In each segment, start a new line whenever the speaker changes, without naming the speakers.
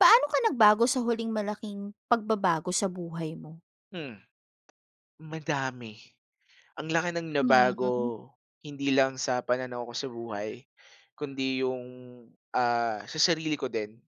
Paano ka nagbago sa huling malaking pagbabago sa buhay mo?
Hmm, Madami. Ang laki ng nabago,
Mhm,
hindi lang sa pananaw ko sa buhay, kundi yung, sa sarili ko din.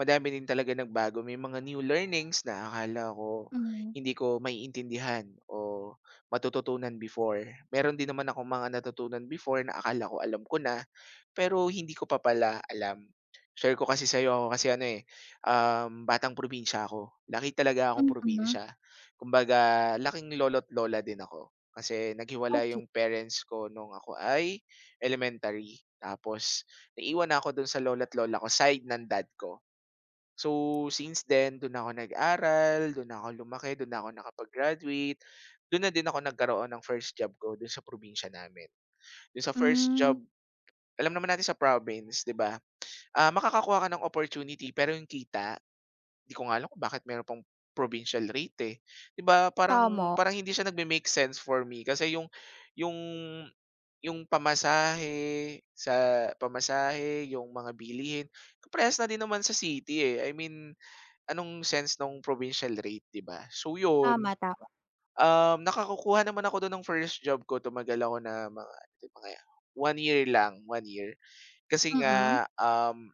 Madami din talaga nagbago, may mga new learnings na akala ko
hmm,
hindi ko maiintindihan o matututunan before. Meron din naman akong mga natutunan before na akala ko alam ko na, pero hindi ko pa pala alam. Share ko kasi sa'yo, ako kasi ano eh, batang probinsya ako. Laki talaga akong
mm.
probinsya. Kumbaga, laking lolo't lola din ako. Kasi naghiwalay
Okey,
yung parents ko nung ako ay elementary. Tapos, naiwan ako dun sa lola't lola ko, side ng dad ko. So, since then dun ako nag-aral, dun na ako lumaki, dun na ako nakapag-graduate, dun na din ako nagkaroon ng first job ko dun sa probinsya namin. Dun sa first job,
hmm,
alam naman natin sa province, 'di ba? Makakakuha ka ng opportunity pero yung kita, di ko nga alam kung bakit meron pang provincial rate, eh. 'Di ba parang
tama.
parang hindi siya nagme-make sense for me kasi yung yung pamasahe, yung mga bilihin, parehas na din naman sa city, eh. I mean, anong sense nung provincial rate, 'di ba? So 'yun,
Tama, tama.
nakakukuha naman ako dun ng first job ko, tumagal ako na mga one year lang, one year. Kasi
Mm,
nga,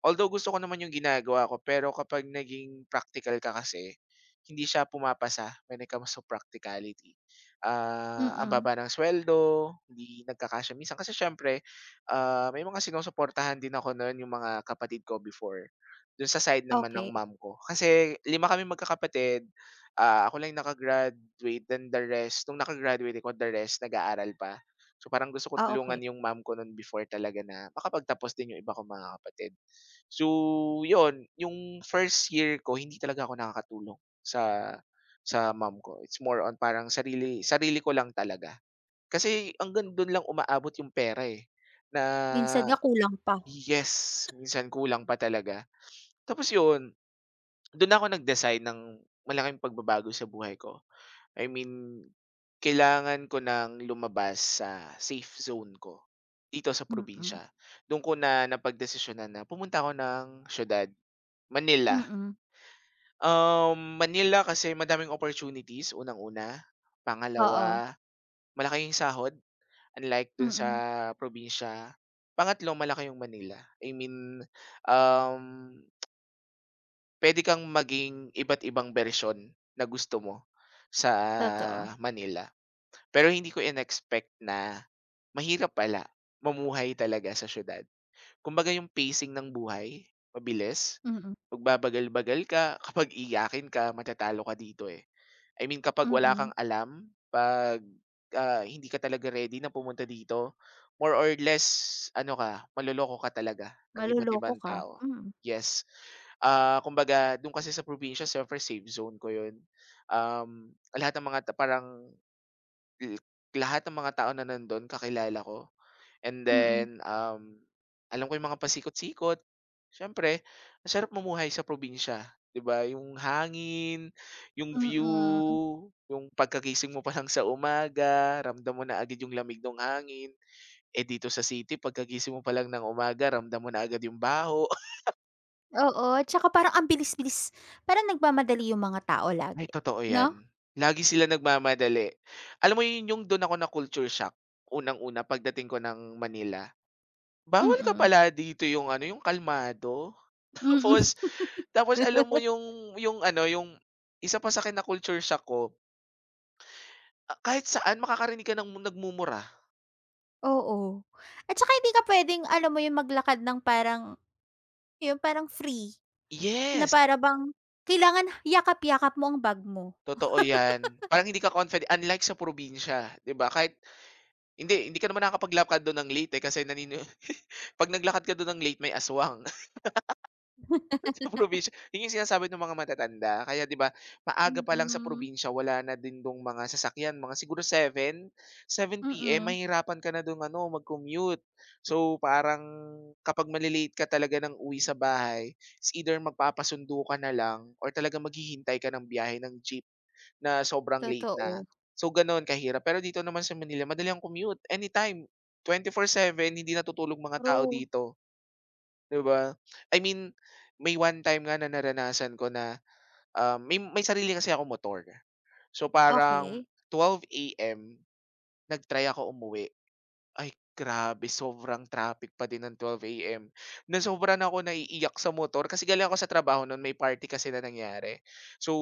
although gusto ko naman yung ginagawa ko, pero kapag naging praktikal ka kasi, hindi siya pumapasa when it comes to practicality. Ang
mm.
baba ng suweldo, hindi nagkakasya minsan kasi siyempre, may mga sinusuportahan din ako no'n, yung mga kapatid ko before, do'n sa side naman ng
Okey,
mom ko. Kasi lima kami magkakapatid, ako lang yung naka-graduate, then the rest nung naka-graduate ako, the rest nag-aaral pa. So, parang gusto ko
ah,
tulungan
okey.
yung mom ko no'n before talaga na makapagtapos din yung iba kong mga kapatid. So, yun yung first year ko hindi talaga ako nakakatulong sa sa mom ko. It's more on parang sarili sarili ko lang talaga. Kasi hanggang dun lang umaabot yung pera, eh, na
Minsan nga kulang pa,
yes, minsan kulang pa talaga. Tapos yun, dun ako nag-decide ng malaking pagbabago sa buhay ko. I mean, kailangan ko ng lumabas sa safe zone ko, dito sa
mm.
probinsya. Dun ko na napagdesisyonan na pumunta ako ng siyudad, Manila.
Mm,
Manila kasi madaming opportunities, unang-una.
oo,
Pangalawa, malaki yung sahod, unlike dun sa
mm,
probinsya. Pangatlo, malaki yung Manila. I mean, um, pwede kang maging iba't ibang version na gusto mo sa
totoo,
Manila. Pero hindi ko in-expect na mahirap pala mamuhay talaga sa siyudad. Kumbaga yung pacing ng buhay, mabilis.
mm,
Magbabagal-bagal ka, kapag iyakin ka matatalo ka dito, eh. I mean kapag wala
mm.
kang alam, 'pag, hindi ka talaga ready na pumunta dito, more or less ano ka, maloloko ka talaga ng iba't
Maloloko
ibang
ka,
tao.
mm.
Yes. Kumbaga do'n kasi sa probinsya siyempre safe zone ko 'yun. Um, lahat ng mga ta parang I lahat ng mga tao na nandun kakilala ko, and
Mm,
then, alam ko yung mga pasikot-sikot. Siyempre masarap mamuhay sa probinsya, 'di ba, yung hangin, yung view,
mm.
yung pagkagising mo pa lang sa umaga ramdam mo na agad yung lamig ng hangin. Eh, dito sa city pagkagising mo pa lang ng umaga ramdam mo na agad yung baho.
Oo, tsaka parang ang bilis-bilis, parang nagmamadali yung mga tao
Ay,
lagi,
totoo 'yan.
'no?
Lagi sila nagmamadali. Alam mo yun yung dun ako na culture shock, unang-una pagdating ko ng Manila. Bawal ka
Mm,
pala dito yung ano, yung kalmado.
mm.
Tapos, alam mo yung ano, yung isa pa sa'kin na culture shock ko, kahit saan makakarinig ka ng nagmumura.
Oo. At saka hindi ka puwedeng alam mo yung maglakad ng parang 'yung parang free, na
Yes,
para bang kailangan yakap-yakap mo ang bag mo.
totoo 'yan. Parang hindi ka confident unlike sa probinsya, 'di ba? Kahit hindi hindi ka naman nakakapaglakad do'n ng late, eh, kasi nanini 'pag naglakad ka doon ng late may aswang. Probinsya, yun yung sinasabi ng mga matatanda kaya 'di ba maaga
Hmm.
pa lang sa
Mm.
probinsya wala na din dong mga sasakyan mga siguro seven, 7 p.m.
Mm,
mahihirapan ka na dong ano mag-commute. So parang kapag male ka talaga ng uwi sa bahay, is either magpapasundo ka na lang or talaga maghihintay ka ng biyahe ng jeep na sobrang late na.
totoo.
So gano'n kahirap pero dito naman sa Manila madali ang commute anytime, 24/7. Hindi natutulog mga tao
True.
dito. 'Di ba? I mean, may one time nga na naranasan ko na, may sarili kasi ako motor. So, parang
Okey.
12:00 a.m. nag-try ako umuwi. Ay grabe, sobrang traffic pa din ng 12 AM. Nasobra na sobra na ako naiiyak sa motor kasi galing ako sa trabaho noon, may party kasi na nangyari. So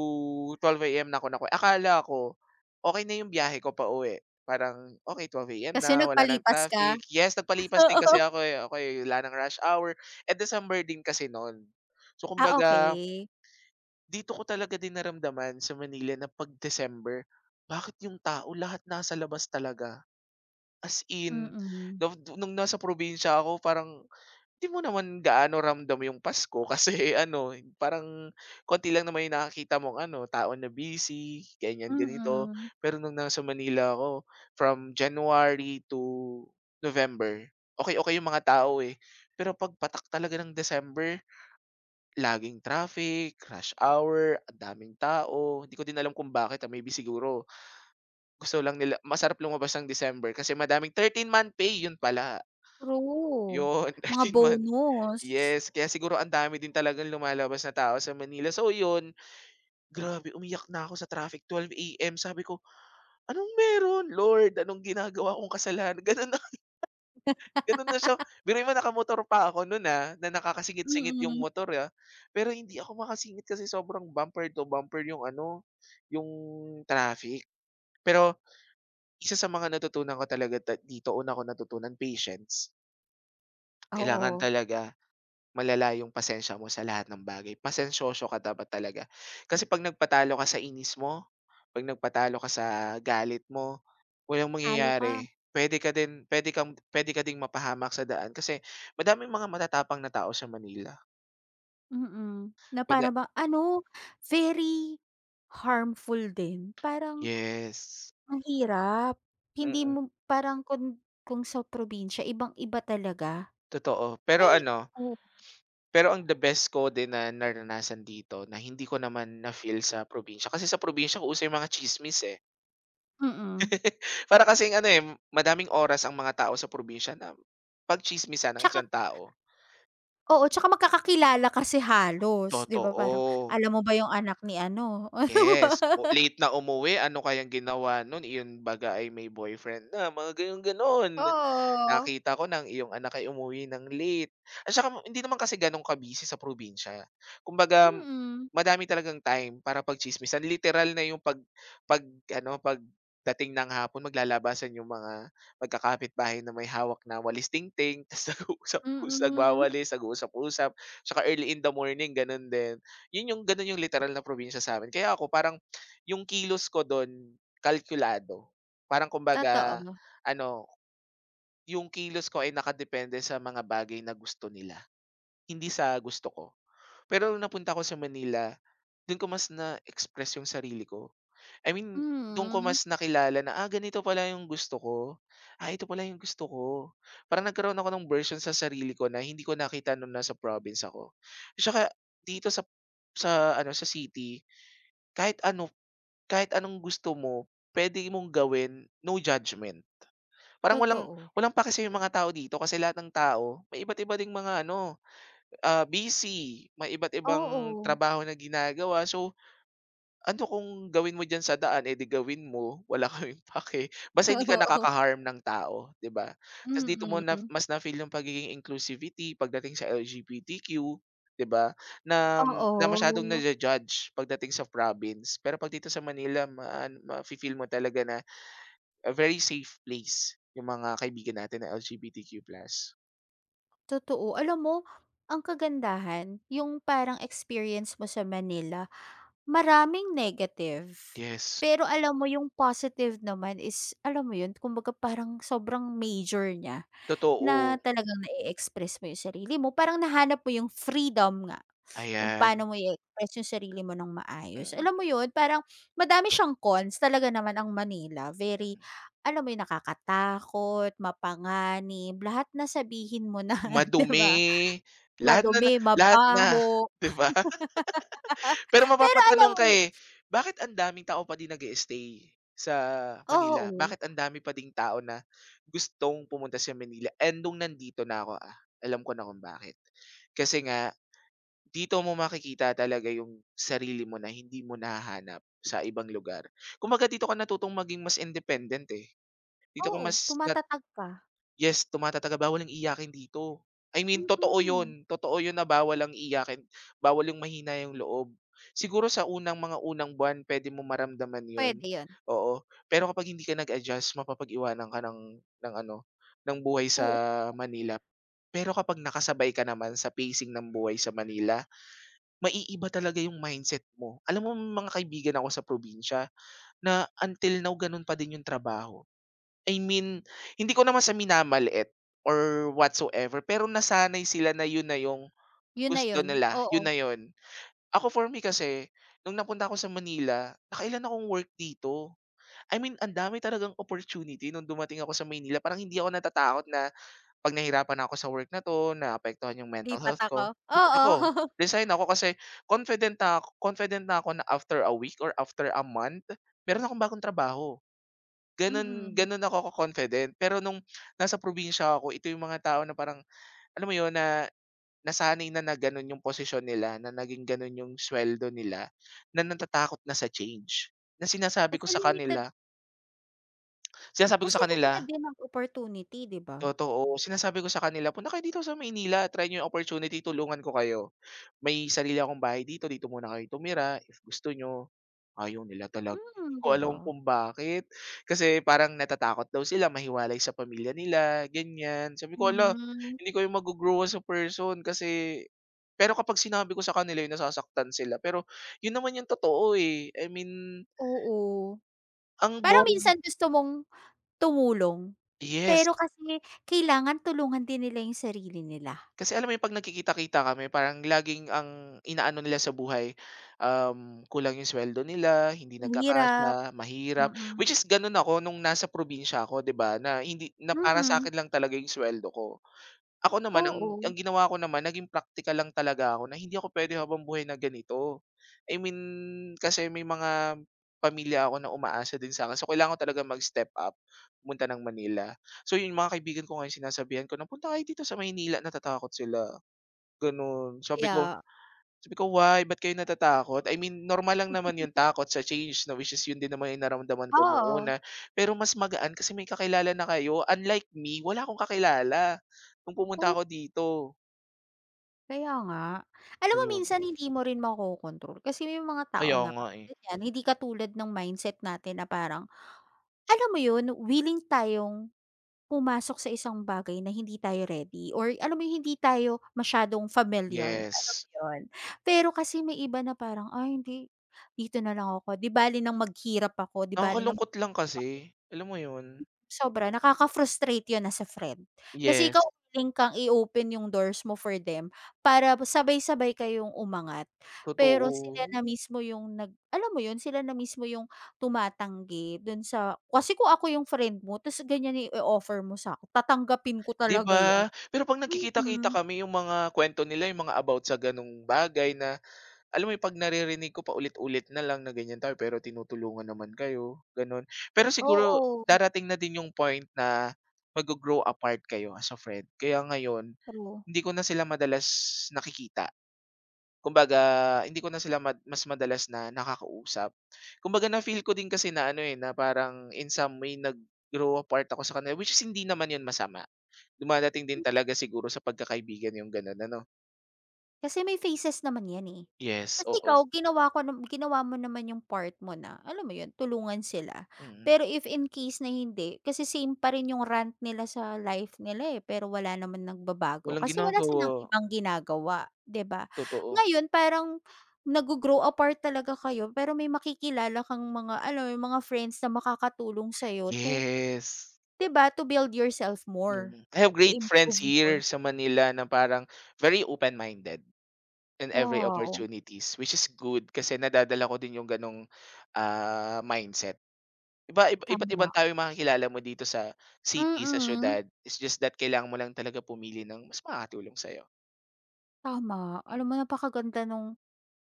12 a.m. na ako naku akala ko, okay na yung biyahe ko pauwi. Parang okey 12 a.m.
Kasi
na, wala ng
nagpalipas ka?
traffic. Yes, nagpalipas din
Oo.
kasi ako, eh, okey wala ng rush hour. At December din kasi noon. So
Ah,
kumbaga,
okey.
dito ko talaga din naramdaman sa Manila na 'pag December, bakit yung tao lahat nasa labas talaga. As in,
Mm.
nung nasa probinsya ako parang hindi mo naman gaano ramdam yung Pasko kasi ano, parang konti lang naman yung nakakita mong ano, tao na busy, ganyan, ganito.
Mm.
Pero nung nasa Manila ako, from January to November, okay okay yung mga tao, eh. Pero 'pag patak talaga ng December, laging traffic, rush hour, ang daming tao. Di ko din alam kung bakit, maybe siguro gusto lang nila masarap lumabas ng December kasi madaming 13 month pay, yun pala.
True.
Yun,
Mga
13 month.
bonus.
Yes, kaya siguro ang dami din talagang lumalabas na tao sa Manila. So yun, grabe umiyak na ako sa traffic, 12 AM. Sabi ko, "Anong meron? Lord, anong ginagawa kong kasalanan?" Ganun na siya. Biruin mo nakamotor pa ako nun, na nakakasingit-singit yung
Mm.
motor, ah. Pero hindi ako makasingit kasi sobrang bumper to bumper yung ano, yung traffic. Pero isa sa mga natutunan ko talaga ta dito, una ko natutunan, patience. Kailangan
Oo.
talaga malala yung pasensya mo sa lahat ng bagay. Pasensyoso ka dapat talaga. Kasi 'pag nagpatalo ka sa inis mo, 'pag nagpatalo ka sa galit mo, walang
Talo ka.
mangyayari. Puwede ka din pwede kang pwede ka ding mapahamak sa daan kasi madaming mga matatapang na tao sa Manila.
Mm, na para
Mada
bang ano, very harmful din. Parang
yes,
ang hirap, hindi
mm,
mo parang kung sa probinsya ibang-iba talaga.
totoo. Pero
May
ano,
o
pero ang the best ko din na naranasan dito na hindi ko naman na-feel sa probinsya, kasi sa probinsya ko usay mga chismis eh.
mm.
Para kasing ano, eh, madaming oras ang mga tao sa probinsya na pagtsismisan ng
'Tsaka
isang tao.
oo, 'tsaka magkakakilala kasi halos, 'di ba? Parang
Totoo,
alam mo ba yung anak ni ano?
yes. O late na umuwi, ano kayang ginawa nun, iyon baga ay may boyfriend na, mga gano'n-gano'n.
Oo,
Nakita ko ng iyong anak ay umuwi ng late at saka hindi naman kasi gano'n kabisi sa probinsya. Kumbaga
mm,
madami talagang time para pagtsismisan, literal na yung 'pag ano, pag dating ng hapon maglalabasan yung mga magkakapitbahay na may hawak na walis tingting ta's nag-uusap-usap,
mm,
nagwawalis, nag-uusap-usap, tsaka early in the morning gano'n din. Yun yung gano'n yung literal na probinsya sa sa'min. Kaya ako parang yung kilos ko dun kalkulado. Parang kumbaga
totoo,
ano, yung kilos ko ay nakadepende sa mga bagay na gusto nila, hindi sa gusto ko. Pero nung napunta ako sa Manila, dun ko mas na-express yung sarili ko. I mean, dun ko
mm,
mas nakilala na, ah, ganito pala yung gusto ko. Ah, ito pala yung gusto ko. Parang nagkaroon ako ng version sa sarili ko na hindi ko nakita nung nasa province ako. Tsaka dito sa ano sa city, kahit ano kahit anong gusto mo, pwede mong gawin, no judgment. Parang walang
totoo.
walang pake sa'yo yung mga tao dito kasi lahat ng tao may iba't iba ding mga ano, busy, may iba't ibang
Oo,
trabaho na ginagawa. So, ano kung gawin mo diyan sa daan, eh, di gawin mo, wala kaming pake. Basta hindi ka
oo,
nakaka-harm ng tao, 'di ba? Tas dito mo na
mm,
mas na-feel yung pagiging inclusivity pagdating sa LGBTQ, 'di ba? Na na
oo.
masyadong naju-judge pagdating sa province. Pero 'pag dito sa Manila ma ma feel mo talaga na a very safe place yung mga kaibigan natin na LGBTQ plus.
Totoo. Alam mo, ang kagandahan, yung parang experience mo sa Manila, maraming negative.
Yes,
Pero alam mo yung positive naman is, alam mo yun, kumbaga parang sobrang major niya
totoo.
na talagang nai-express mo yung sarili mo. Parang nahanap mo yung freedom nga kung
Ayan,
paano mo i-express yung sarili mo ng maayos.
mm,
Alam mo yun, parang madami siyang cons talaga naman ang Manila. Very,
mm.
alam mo yun, nakakatakot, mapanganib, lahat na sabihin mo na, 'di
Madumi,
ba?
lahat na na
Madumi,
lahat na,
mabaho.
'di ba? Pero
Pero alam
mapapatanong ka,
mo yu
eh, bakit ang daming tao pa din nag stay sa Manila?
oo,
Bakit ang dami pa ding tao na gustong pumunta sa Manila? And nung nandito na ako, ah, alam ko na kung bakit. Kasi nga dito mo makikita talaga yung sarili mo na hindi mo nahahanap sa ibang lugar. Kumbaga dito ka natutong maging mas independent, eh. Dito ka
oo,
mas
tumatatag ka,
yes, tumatataga, bawal ang iyakin dito. I mean
mm.
totoo yun na bawal ang iyakin, bawal yung mahina yung loob. Siguro sa mga unang buwan puwede mong maramdaman yun,
Puwede 'yun,
oo. Pero kapag hindi ka nag-adjust mapapag-iwanan ka ng ano, ng buhay sa
oo,
Manila. Pero kapag nakasabay ka naman sa pacing ng buhay sa Manila maiiba talaga yung mindset mo. Alam mo may mga kaibigan ako sa probinsya na until now ganun pa din yung trabaho. I mean, hindi ko naman sa minamaliit or whatsoever, pero nasanay sila na yun na yung
'yun na
gusto
'yun,
nila, yun
oo.
na yun. Ako for me kasi, nung napunta ako sa Manila, nakailan akong work dito. I mean, ang dami talagang opportunity nung dumating ako sa Manila. Parang hindi ako natatakot na 'pag nahirapan ako sa work na 'to, naapektuhan yung mental
Lipat
health
ako,
ko, lipat
oo,
ako, resign ako, kasi confident na ako na after a week or after a month, meron akong bagong trabaho. Gano'n
mm.
gano'n ako ka-confident. Pero nung nasa probinsya ako, ito yung mga tao na parang alam mo 'yun, na nasanay na na gano'n yung posisyon nila, na naging gano'n yung suweldo nila, na natatakot na sa change, na sinasabi ko
Kasi
sa
limited
kanila sinasabi ko
kasi
sa kanila
limited din ang opportunity, 'di ba?
Totoo, sinasabi ko sa kanila, "Punta kayo dito sa Maynila, try nyo yung opportunity, tulungan ko kayo. May sarili akong bahay dito, dito muna kayo tumira if gusto nyo." Ayaw nila talaga,
Mm,
hindi ko
'di ba?
alam kung bakit. Kasi parang natatakot daw sila mahiwalay sa pamilya nila, ganyan. Sabi ko,
Hmm,
"Hindi kayo maggo-grow as a person kasi." Pero kapag sinabi ko sa kanila yun, nasasaktan sila. Pero yun naman yung totoo, eh. I mean,
oo.
ang
Parang
boring.
minsan gusto mong tumulong,
Yes.
pero kasi kailangan tulungan din nila 'yung sarili nila.
Kasi alam mo yung 'pag nagkikita-kita kami parang laging ang inaano nila sa buhay, kulang yung sweldo nila, hindi
Mahirap,
nagkakasya, mahirap.
mm,
Which is gano'n ako nung nasa probinsya ako 'di ba, na hindi na para sa
mm,
akin lang talaga yung sweldo ko. Ako naman ang
oo,
ang ginawa ko naman naging praktikal lang talaga ako na hindi ako puwede habambuhay na ganito. I mean, kasi may mga pamilya ako na umaasa din sa'kin so kailangan ko talaga mag-step up, pumunta ng Manila. So 'yung mga kaibigan ko ngayon sinasabihan ko na, "Punta kayo dito sa Maynila." Natatakot sila, gano'n. Sabi ko
kaya
sabi ko, "Why, ba't kayo natatakot?" I mean, normal lang naman yung takot sa change na which is yun din naman yung naramdaman ko nung
Oo.
una. Pero mas magaan kasi may kakilala na kayo, unlike me, wala akong kakilala nung pumunta
Oo,
ako dito,
kaya nga. Alam mo
ayun.
minsan hindi mo rin makokontrol kasi may mga tao
Kaya
na
nga, eh.
ganyan, hindi katulad ng mindset natin na parang, alam mo yun, willing tayong pumasok sa isang bagay na hindi tayo ready or alam mo yung hindi tayo masyadong familiar, alam
Yes.
mo yun? Pero kasi may iba na parang, "Ay hindi, dito na lang ako, 'di bali nang maghirap ako, 'di bali nang."
Nakakalungkot lang kasi, alam mo yun?
Sobra, nakaka-frustrate 'yun as a friend. Kasi ikaw
Yes,
willing kang i-open yung doors mo for them para sabay-sabay kayong umangat. Pero sila
totoo.
na mismo yung alam mo 'yun, sila na mismo yung tumatanggi dun sa kasi kung ako yung friend mo ta's ganiyan i offer mo sa'kin tatanggapin ko
'Di
talaga 'yan.
ba? Pero 'pag nagkikita-kita
Mm,
kami yung mga kwento nila, yung mga about sa ganung bagay na alam mo 'yun, 'pag naririnig ko paulit-ulit na lang na ganyan tayo pero tinutulungan naman kayo, gano'n. Pero siguro
oo,
darating na din yung point na maggo-grow apart kayo as a friend. Kaya ngayon,
true.
hindi ko na sila madalas nakikita. Kumbaga, hindi ko na sila mas madalas na nakakausap. Kumbaga na-feel ko din kasi na ano, eh, na parang in some way nag-grow apart ako sa kanila, which is hindi naman 'yun masama. Dumadating din talaga siguro sa pagkakaibigan yung gano'n, ano?
Kasi may phases naman 'yan, eh.
Yes,
Kasi
oo.
ikaw ginawa mo naman yung part mo na, alam mo 'yun, tulungan sila.
Mm.
Pero if in case na hindi, kasi same pa rin yung rant nila sa life nila, eh, pero wala naman nagbabago
Walang
kasi wala silang
ginagawa,
ibang ginagawa, 'di ba?
totoo.
Ngayon parang naggo-grow apart talaga kayo pero may makikilala kang mga alam mo yung mga friends na makakatulong sa'yo to,
Yes.
'di ba, to build yourself more,
Mm. I have
to
great friends
improve more.
here sa Manila na parang very open-minded in every
Wow,
opportunities, which is good kasi nadadala ko din yung ganong, mindset. Iba iba Iba't
tama.
ibang tao yung makakilala mo dito sa city, sa
Mm.
siyudad. It's just that kailangan mo lang talaga pumili ng mas makakatulong sa'yo.
Tama.
Mm.
Alam mo napakaganda nung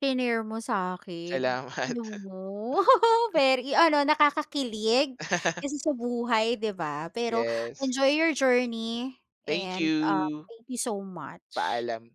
shinare mo sa'kin. Alam
Salamat.
mo, very ano, nakakakilig kasi sa buhay, 'di ba? Pero
Yes.
enjoy your journey
Thank
and,
you.
thank you so much.
Paalam.